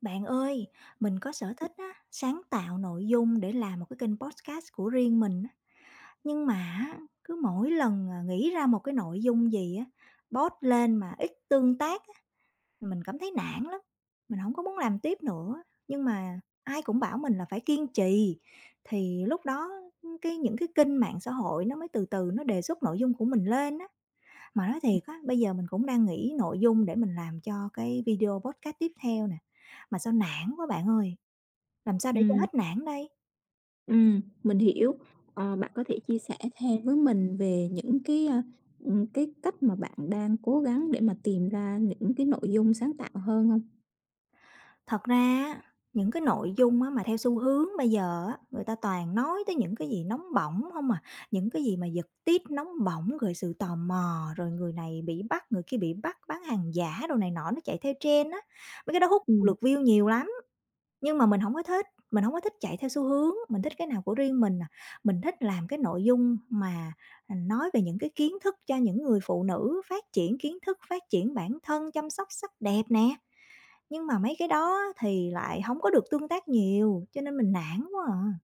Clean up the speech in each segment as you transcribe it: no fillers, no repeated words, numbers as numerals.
Bạn ơi, mình có sở thích á, sáng tạo nội dung để làm một cái kênh podcast của riêng mình á. Nhưng mà á, cứ mỗi lần, nghĩ ra một cái nội dung gì á, post lên mà ít tương tác á, mình cảm thấy nản lắm, mình không có muốn làm tiếp nữa. Nhưng mà ai cũng bảo mình là phải kiên trì, thì lúc đó, những cái kênh mạng xã hội nó mới từ từ nó đề xuất nội dung của mình lên á. Mà nói thiệt á, bây giờ mình cũng đang nghĩ nội dung để mình làm cho cái video podcast tiếp theo nè, mà sao nản quá bạn ơi. Làm sao để cho Ừm, hết nản đây? Mình hiểu. Bạn có thể chia sẻ thêm với mình về những cái cách mà bạn đang cố gắng để mà tìm ra những cái nội dung sáng tạo hơn không? Thật ra á, những cái nội dung á mà theo xu hướng bây giờ á, người ta toàn nói tới những cái gì nóng bỏng không à, những cái gì mà giật tít nóng bỏng, rồi sự tò mò, rồi người này bị bắt, người kia bị bắt, bán hàng giả đồ này nọ, nó chạy theo trend á. Mấy cái đó hút Ừm, lượt view nhiều lắm, nhưng mà mình không có thích, mình không có thích chạy theo xu hướng, mình thích cái nào của riêng mình à. Mình thích làm cái nội dung mà, nói về những cái kiến thức cho những người phụ nữ phát triển kiến thức, phát triển bản thân, chăm sóc sắc đẹp nè. Nhưng mà mấy cái đó thì lại hổng có được tương tác nhiều, cho nên mình nản quá à.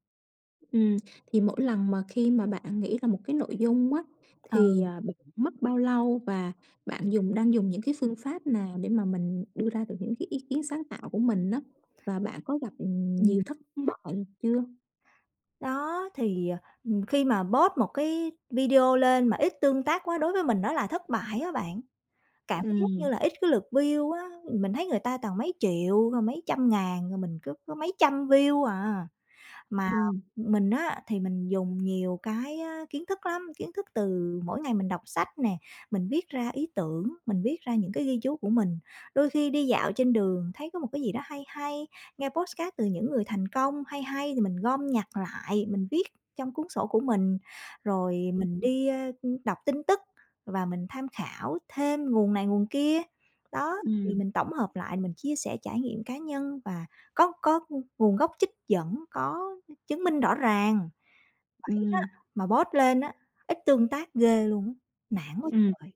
ừm, thì mỗi lần mà khi mà bạn nghĩ ra một cái nội dung á, Ừ, thì, bạn mất bao lâu và bạn đang dùng những cái phương pháp nào để mà mình đưa ra được những cái ý kiến sáng tạo của mình á? Và bạn có gặp, nhiều ừm, thất bại chưa? đó, thì, ờ, ừm, khi mà post một cái video lên mà ít tương tác quá đối với mình đó là thất bại á bạn. Cảm giác như Ừm, là ít cái lượt view á, mình thấy người ta toàn mấy triệu, rồi mấy trăm ngàn, rồi mình cứ có mấy trăm view à. Mà ừm, mình á, thì mình dùng nhiều cái á, kiến thức lắm, kiến thức từ mỗi ngày mình đọc sách nè, mình viết ra ý tưởng, mình viết ra những cái ghi chú của mình. Đôi khi đi dạo trên đường thấy có một cái gì đó hay hay, nghe podcast từ những người thành công hay hay thì mình gom nhặt lại, mình viết trong cuốn sổ của mình. Rồi mình đi, đọc tin tức và mình tham khảo thêm nguồn này nguồn kia. Đó, thì ừm, mình tổng hợp lại, mình chia sẻ trải nghiệm cá nhân và có nguồn gốc trích dẫn, có chứng minh rõ ràng, vậy đó, ừm, mà post lên á, ít tương tác ghê luôn á, nản quá ừm. trời.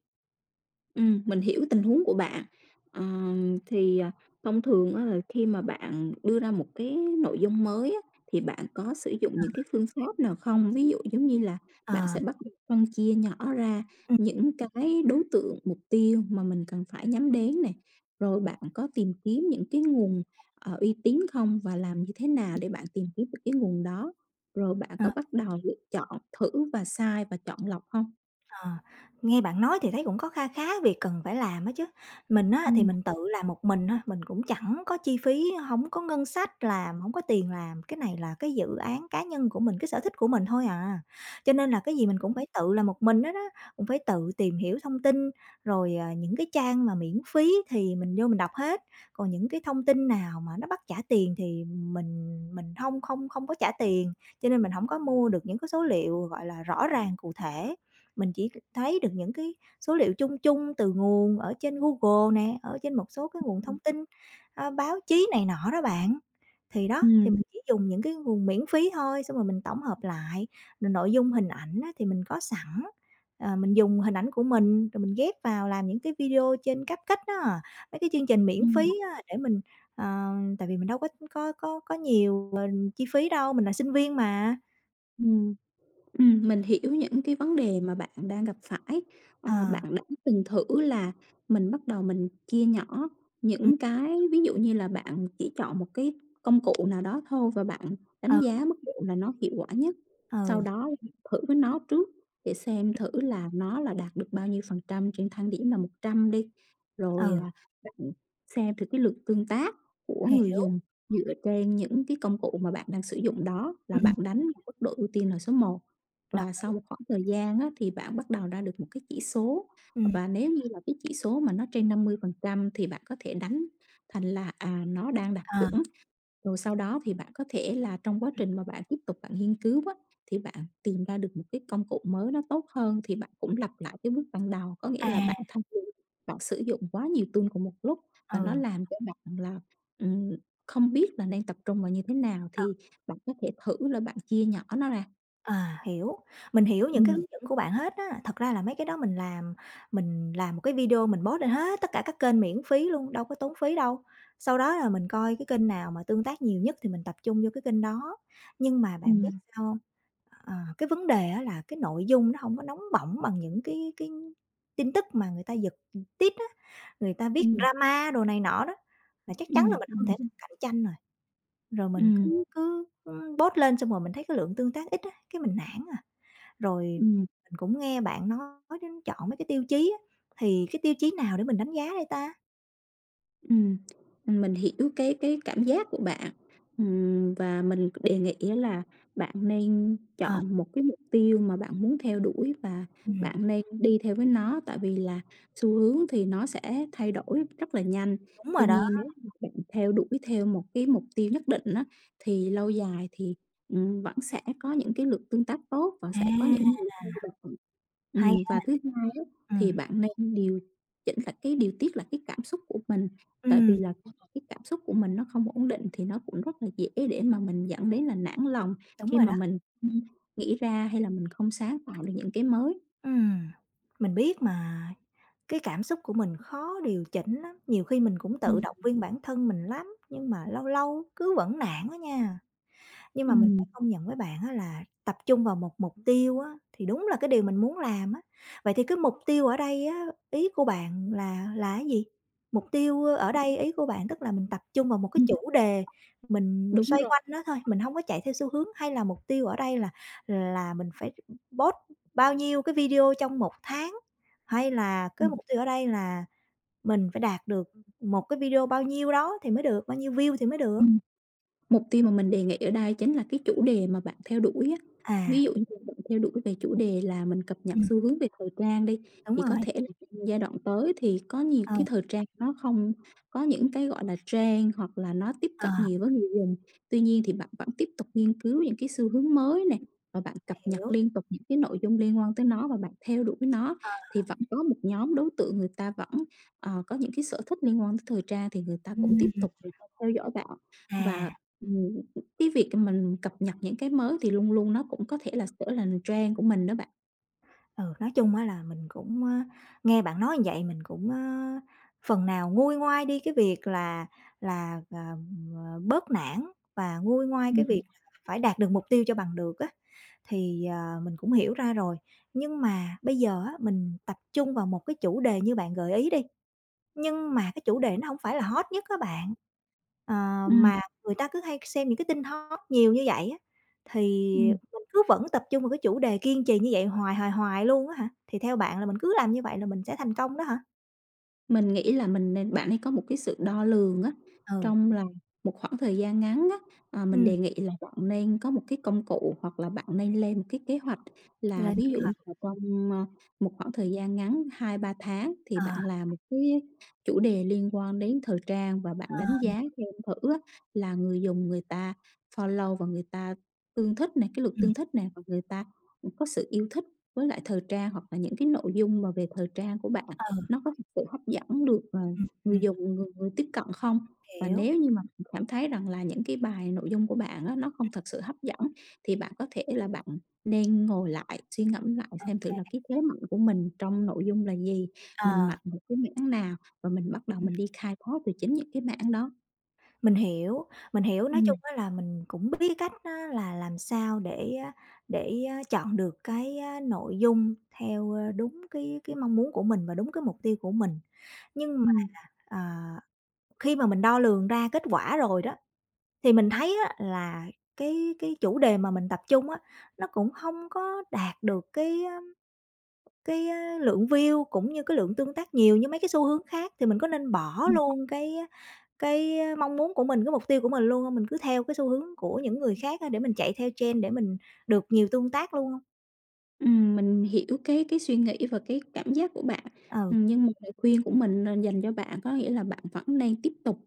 Mình hiểu tình huống của bạn. Thì, thông thường á là khi mà bạn đưa ra một cái nội dung mới á, thì bạn có sử dụng những cái phương pháp nào không? Ví dụ giống như là bạn Ờ, sẽ bắt đầu phân chia nhỏ ra ừm, những cái đối tượng mục tiêu mà mình cần phải nhắm đến này, rồi bạn có tìm kiếm những cái nguồn, uy tín không, và làm như thế nào để bạn tìm kiếm được cái nguồn đó? Rồi bạn ờ. có bắt đầu lựa chọn thử và sai và chọn lọc không? Ờ, nghe bạn nói thì thấy cũng có kha khá việc cần phải làm á chứ. Mình á thì Ừm. mình tự làm một mình thôi, mình cũng chẳng có chi phí, không có ngân sách làm, không có tiền làm, cái này là cái dự án cá nhân của mình, cái sở thích của mình thôi à. Cho nên là cái gì mình cũng phải tự làm một mình hết á, cũng phải tự tìm hiểu thông tin, rồi, những cái trang mà miễn phí thì mình vô mình đọc hết, còn những cái thông tin nào mà nó bắt trả tiền thì mình không không không có trả tiền, cho nên mình không có mua được những cái số liệu, gọi là, rõ ràng, cụ thể. Mình chỉ thấy được những cái số liệu chung chung từ nguồn ở trên Google nè, ở trên một số cái nguồn Ừm. thông tin, báo chí này nọ đó bạn. Thì đó, Ừm. thì mình chỉ dùng những cái nguồn miễn phí thôi, xong rồi mình tổng hợp lại, rồi nội dung hình ảnh á thì mình có sẵn, mình dùng hình ảnh của mình, rồi mình ghép vào làm những cái video trên Cupcake đó, mấy cái chương trình miễn Ừm. phí á để mình ờ, tại vì mình đâu có nhiều, chi phí đâu, mình là sinh viên mà. Mình hiểu những cái vấn đề mà bạn đang gặp phải. Ờ, Bạn đã từng thử là mình bắt đầu mình chia nhỏ ừm, những cái ví dụ như là bạn chỉ chọn một cái công cụ nào đó thôi và bạn ừ, đánh giá mức độ là nó hiệu quả nhất, sau ừ, đó thử với nó trước để xem thử là nó là đạt được bao nhiêu phần trăm trên thang điểm là 100 đi, rồi, ừ, à, bạn xem thử cái lượt tương tác của người hiểu, dùng dựa trên những cái công cụ mà bạn đang sử dụng, đó là ừm. bạn đánh mức độ ưu tiên là số một. Đồng Và ý. sau một khoảng thời gian á, thì bạn bắt đầu ra được một cái chỉ số, Ừm, và nếu như là cái chỉ số mà nó trên 50% thì bạn có thể đánh thành là, nó đang đạt ờ, chuẩn. Rồi sau đó thì bạn có thể là trong quá trình mà bạn tiếp tục bạn nghiên cứu á, thì bạn tìm ra được một cái công cụ mới nó tốt hơn thì bạn cũng lặp lại cái bước ban đầu. Có nghĩa à, là bạn thay vì bạn sử dụng quá nhiều tool cùng một lúc và nó ừ, làm cho bạn là, ừm, không biết là nên tập trung vào như thế nào, ờ, thì bạn có thể thử là bạn chia nhỏ nó ra. à, hiểu. Mình hiểu những Ừm, cái hướng dẫn của bạn hết á. Thật ra là mấy cái đó mình làm một cái video mình post lên hết tất cả các kênh miễn phí luôn, đâu có tốn phí đâu. Sau đó là mình coi cái kênh nào mà tương tác nhiều nhất thì mình tập trung vô cái kênh đó. Nhưng mà bạn biết ừm. sao hông? Ờ, cái vấn đề á là cái nội dung nó hông có nóng bỏng bằng những cái tin tức mà người ta giật, tít á, người ta viết Ừm, drama đồ này nọ đó, là chắc chắn ừm, là mình hông ừm, thể cạnh tranh rồi. Rồi mình ừm, cứ cứ, ưm, post lên xong rồi mình thấy cái lượng tương tác ít á, cái mình nản à. Rồi ừm. mình cũng nghe bạn nói đến chọn mấy cái tiêu chí á, thì cái tiêu chí nào để mình đánh giá đây ta? Ừm, mình hiểu cái cảm giác của bạn, và mình đề nghị á là bạn nên Ờ, chọn một cái mục tiêu mà bạn muốn theo đuổi và ừm, bạn nên đi theo với nó, tại vì là xu hướng thì nó sẽ thay đổi rất là nhanh. đúng Tuy rồi đó, nhiên nếu mà bạn theo đuổi theo một cái mục tiêu nhất định á, thì lâu dài thì, vẫn sẽ có những cái lượt tương tác tốt và à, sẽ có những người theo bạn. hay Ừm, ha. và thứ hai á, thì Ừm, bạn nên điều chỉnh lại, cái điều tiết là cái cảm xúc của mình. Tại vì ừm, là cái cảm xúc của mình nó không ổn định thì nó cũng rất là dễ để mà mình dẫn đến là nản lòng, đúng khi rồi mà đó, mình không nghĩ ra hay là mình không sáng tạo được những cái mới. ừm. Mình biết mà, cái cảm xúc của mình khó điều chỉnh lắm, nhiều khi mình cũng tự Ừm. động viên bản thân mình lắm, nhưng mà lâu lâu cứ vẫn nản đó nha. Nhưng mà mình Ừm. phải công nhận với bạn á là tập trung vào một mục tiêu á, thì đúng là cái điều mình muốn làm á. Vậy thì cái mục tiêu ở đây á, ý của bạn là cái gì? Mục tiêu ở đây ý của bạn tức là mình tập trung vào một cái Ừm. chủ đề, mình Đúng xoay rồi. quanh nó thôi, mình hông có chạy theo xu hướng, hay là mục tiêu ở đây là mình phải post bao nhiêu cái video trong một tháng? Hay là cái Ừm. mục tiêu ở đây là mình phải đạt được một cái video bao nhiêu đó thì mới được, bao nhiêu view thì mới được? Ừm. Mục tiêu mà mình đề nghị ở đây chính là cái chủ đề mà bạn theo đuổi á. Ví À, dụ như bạn theo đuổi về chủ đề là mình cập nhật ừm, xu hướng về thời trang đi, đúng thì có rồi, thể là trong giai đoạn tới thì có nhiều ờ. cái thời trang nó không có những cái, gọi là, trend hoặc là nó tiếp Ờ, cận nhiều với người dùng. Tuy nhiên thì bạn vẫn tiếp tục nghiên cứu những cái xu hướng mới này và bạn cập nhật hiểu. liên tục những cái nội dung liên quan tới nó và bạn theo đuổi nó, thì vẫn có một nhóm đối tượng người ta vẫn, có những cái sở thích liên quan tới thời trang thì người ta cũng tiếp Ừm, tục người ta theo dõi bạn. Và à, Ừm, cái việc mình cập nhật những cái mới thì luôn luôn nó cũng có thể là sẽ là trend của mình đó bạn. ừ, nói chung á là mình cũng, nghe bạn nói như vậy mình cũng, phần nào nguôi ngoai đi cái việc là bớt nản và nguôi ngoai Ừm. cái việc phải đạt được mục tiêu cho bằng được á, thì, mình cũng hiểu ra rồi. Nhưng mà bây giờ á, mình tập trung vào một cái chủ đề như bạn gợi ý đi, nhưng mà cái chủ đề nó hổng phải là hot nhất á bạn, ờ, Ừm. mà người ta cứ hay xem những cái tin hot nhiều như vậy á, thì Ừm. mình cứ vẫn tập trung vào cái chủ đề kiên trì như vậy hoài, hoài, hoài luôn á hả? Thì theo bạn là mình cứ làm như vậy là mình sẽ thành công đó hả? Mình nghĩ là mình nên, bạn ấy có một cái sự đo lường á, Ừ. trong là một khoảng thời gian ngắn á. Mình Ừm, đề nghị là bạn nên có một cái công cụ hoặc là bạn nên lên một cái kế hoạch, là Lên ví kế dụ như hoạch. là trong, một khoảng thời gian ngắn 2 3 tháng thì Ờ, bạn làm một cái chủ đề liên quan đến thời trang, và bạn ờ, đánh giá xem thử á, là người dùng người ta follow và người ta tương thích này, cái lượt ừm, tương thích này, và người ta có sự yêu thích với lại thời trang hoặc là những cái nội dung mà về thời trang của bạn. ừ, Nó có thực sự hấp dẫn được, ừm, người ừm, dùng, người người tiếp cận không? Và hiểu. nếu như mà bạn cảm thấy rằng là những cái bài nội dung của bạn á, nó không thật sự hấp dẫn thì bạn có thể là bạn nên ngồi lại, suy ngẫm lại Ừ, xem thử là cái thế mạnh của mình trong nội dung là gì, ờ. mình Ừ. mạnh một cái mảng nào, và mình bắt đầu mình đi khai thác từ chính những cái mảng đó. Mình hiểu, mình hiểu, nói Ừm, chung á là mình cũng biết cách á là làm sao để á chọn được cái á nội dung theo, đúng cái mong muốn của mình và đúng cái mục tiêu của mình. Nhưng mà, ừm. à, khi mà mình đo lường ra kết quả rồi đó, thì mình thấy á là cái chủ đề mà mình tập trung á, nó cũng không có đạt được cái lượng view cũng như cái lượng tương tác nhiều như mấy cái xu hướng khác, thì mình có nên bỏ luôn cái mong muốn của mình, cái mục tiêu của mình luôn hông? Mình cứ theo cái xu hướng của những người khác á để mình chạy theo trend để mình được nhiều tương tác luôn không. Mình hiểu cái suy nghĩ và cái cảm giác của bạn, Ừ. Nhưng mà lời khuyên của mình, dành cho bạn có nghĩa là bạn vẫn đang tiếp tục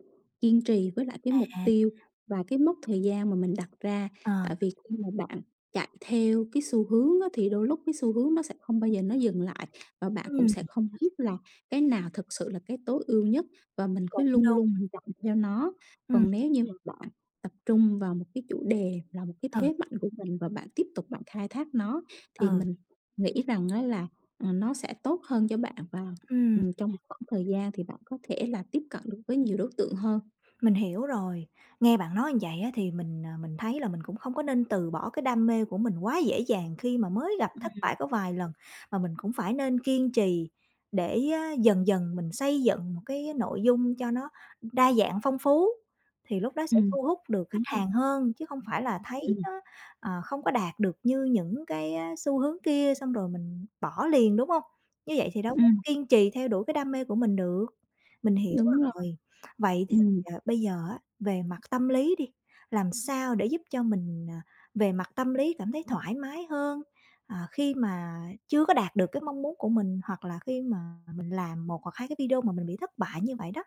kiên trì với lại cái mục À. tiêu và cái mốc thời gian mà mình đặt ra. Ờ. Tại vì khi mà bạn chạy theo cái xu hướng á, thì đôi lúc cái xu hướng nó sẽ không bao giờ nó dừng lại, và bạn cũng Ừm, sẽ không biết là cái nào thực sự là cái tối ưu nhất, và mình cứ cũng lung đúng. lung mình chạy theo nó. Ừm, Còn nếu như mà bạn tập trung vào một cái chủ đề là một cái ừ, thế mạnh của mình và bạn tiếp tục bạn khai thác nó thì ừ, mình nghĩ rằng á là, nó sẽ tốt hơn cho bạn, và, ừm. Trong một khoảng thời gian thì bạn có thể là tiếp cận được với nhiều đối tượng hơn. Mình hiểu rồi. Nghe bạn nói như vậy á, thì mình thấy là mình cũng không có nên từ bỏ cái đam mê của mình quá dễ dàng khi mà mới gặp thất Ừm. bại có vài lần, mà mình cũng phải nên kiên trì để á, dần dần mình xây dựng một cái nội dung cho nó đa dạng, phong phú, thì lúc đó sẽ Ừm. thu hút được khách Đúng rồi. hàng hơn, chứ không phải là thấy Ừm, nó, không có đạt được như những cái, á, xu hướng kia xong rồi mình bỏ liền, đúng không? Như vậy thì đâu có ừm, kiên trì theo đuổi cái đam mê của mình được. Mình hiểu đúng rồi, rồi. Vậy ừm. Bây giờ á, về mặt tâm lý đi, làm sao để giúp cho mình, về mặt tâm lý cảm thấy thoải mái hơn, khi mà chưa có đạt được cái mong muốn của mình, hoặc là khi mà mình làm một hoặc 2 cái video mà mình bị thất bại như vậy đó.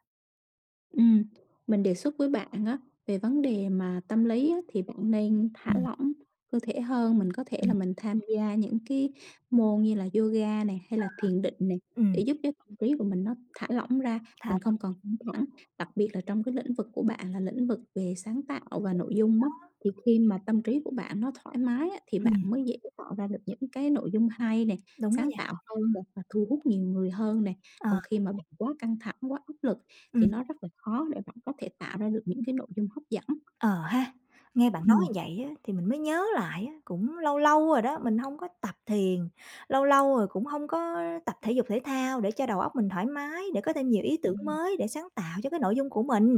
Ừm, mình đề xuất với bạn á, về vấn đề mà tâm lý á, thì bạn nên thả Ừm, lỏng cơ thể hơn, mình có thể là ừm. mình tham gia những cái môn như là yoga này, hay là thiền định này, để Ừm, giúp cho tâm trí của mình nó thả lỏng ra, Thả mình không lỏng. còn căng thẳng. Đặc biệt là trong cái lĩnh vực của bạn là lĩnh vực về sáng tạo và nội dung á, thì khi mà tâm trí của bạn nó thoải mái á, thì bạn mới dễ tạo ra được những cái nội dung hay này, Đúng đó sáng nha. tạo hơn nè, và thu hút nhiều người hơn này. Ờ. Còn khi mà bạn quá căng thẳng, quá áp lực thì Ừm. nó rất là khó để bạn có thể tạo ra được những cái nội dung hấp dẫn. Ờ ha, nghe bạn nói như Ừm. vậy á, thì mình mới nhớ lại á, cũng lâu lâu rồi đó, mình không có tập thiền, lâu lâu rồi cũng không có tập thể dục thể thao để cho đầu óc mình thoải mái, để có thêm nhiều ý tưởng Ừm. mới để sáng tạo cho cái nội dung của mình.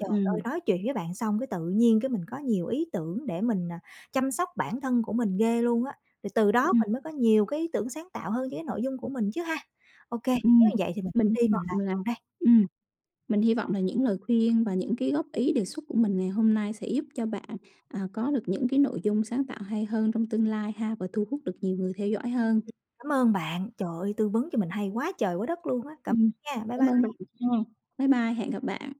Trời ơi, Ừm, nói chuyện với bạn xong cái tự nhiên cái mình có nhiều ý tưởng để mình, chăm sóc bản thân của mình ghê luôn á, rồi từ đó ừm, mình mới có nhiều cái ý tưởng sáng tạo hơn cho cái nội dung của mình chứ ha. Ok, nếu ừm. như vậy thì mình Mình phải hy đi mình làm vọng là liền đây. ừm, mình hy vọng là những lời khuyên và những cái góp ý đề xuất của mình ngày hôm nay sẽ giúp cho bạn, có được những cái nội dung sáng tạo hay hơn trong tương lai ha, và thu hút được nhiều người theo dõi hơn. Cảm ơn bạn, trời ơi, tư vấn cho mình hay quá trời quá đất luôn á, cảm Ừm, ơn nha, bye cảm ơn bye. bạn nha. Bye bye, hẹn gặp bạn.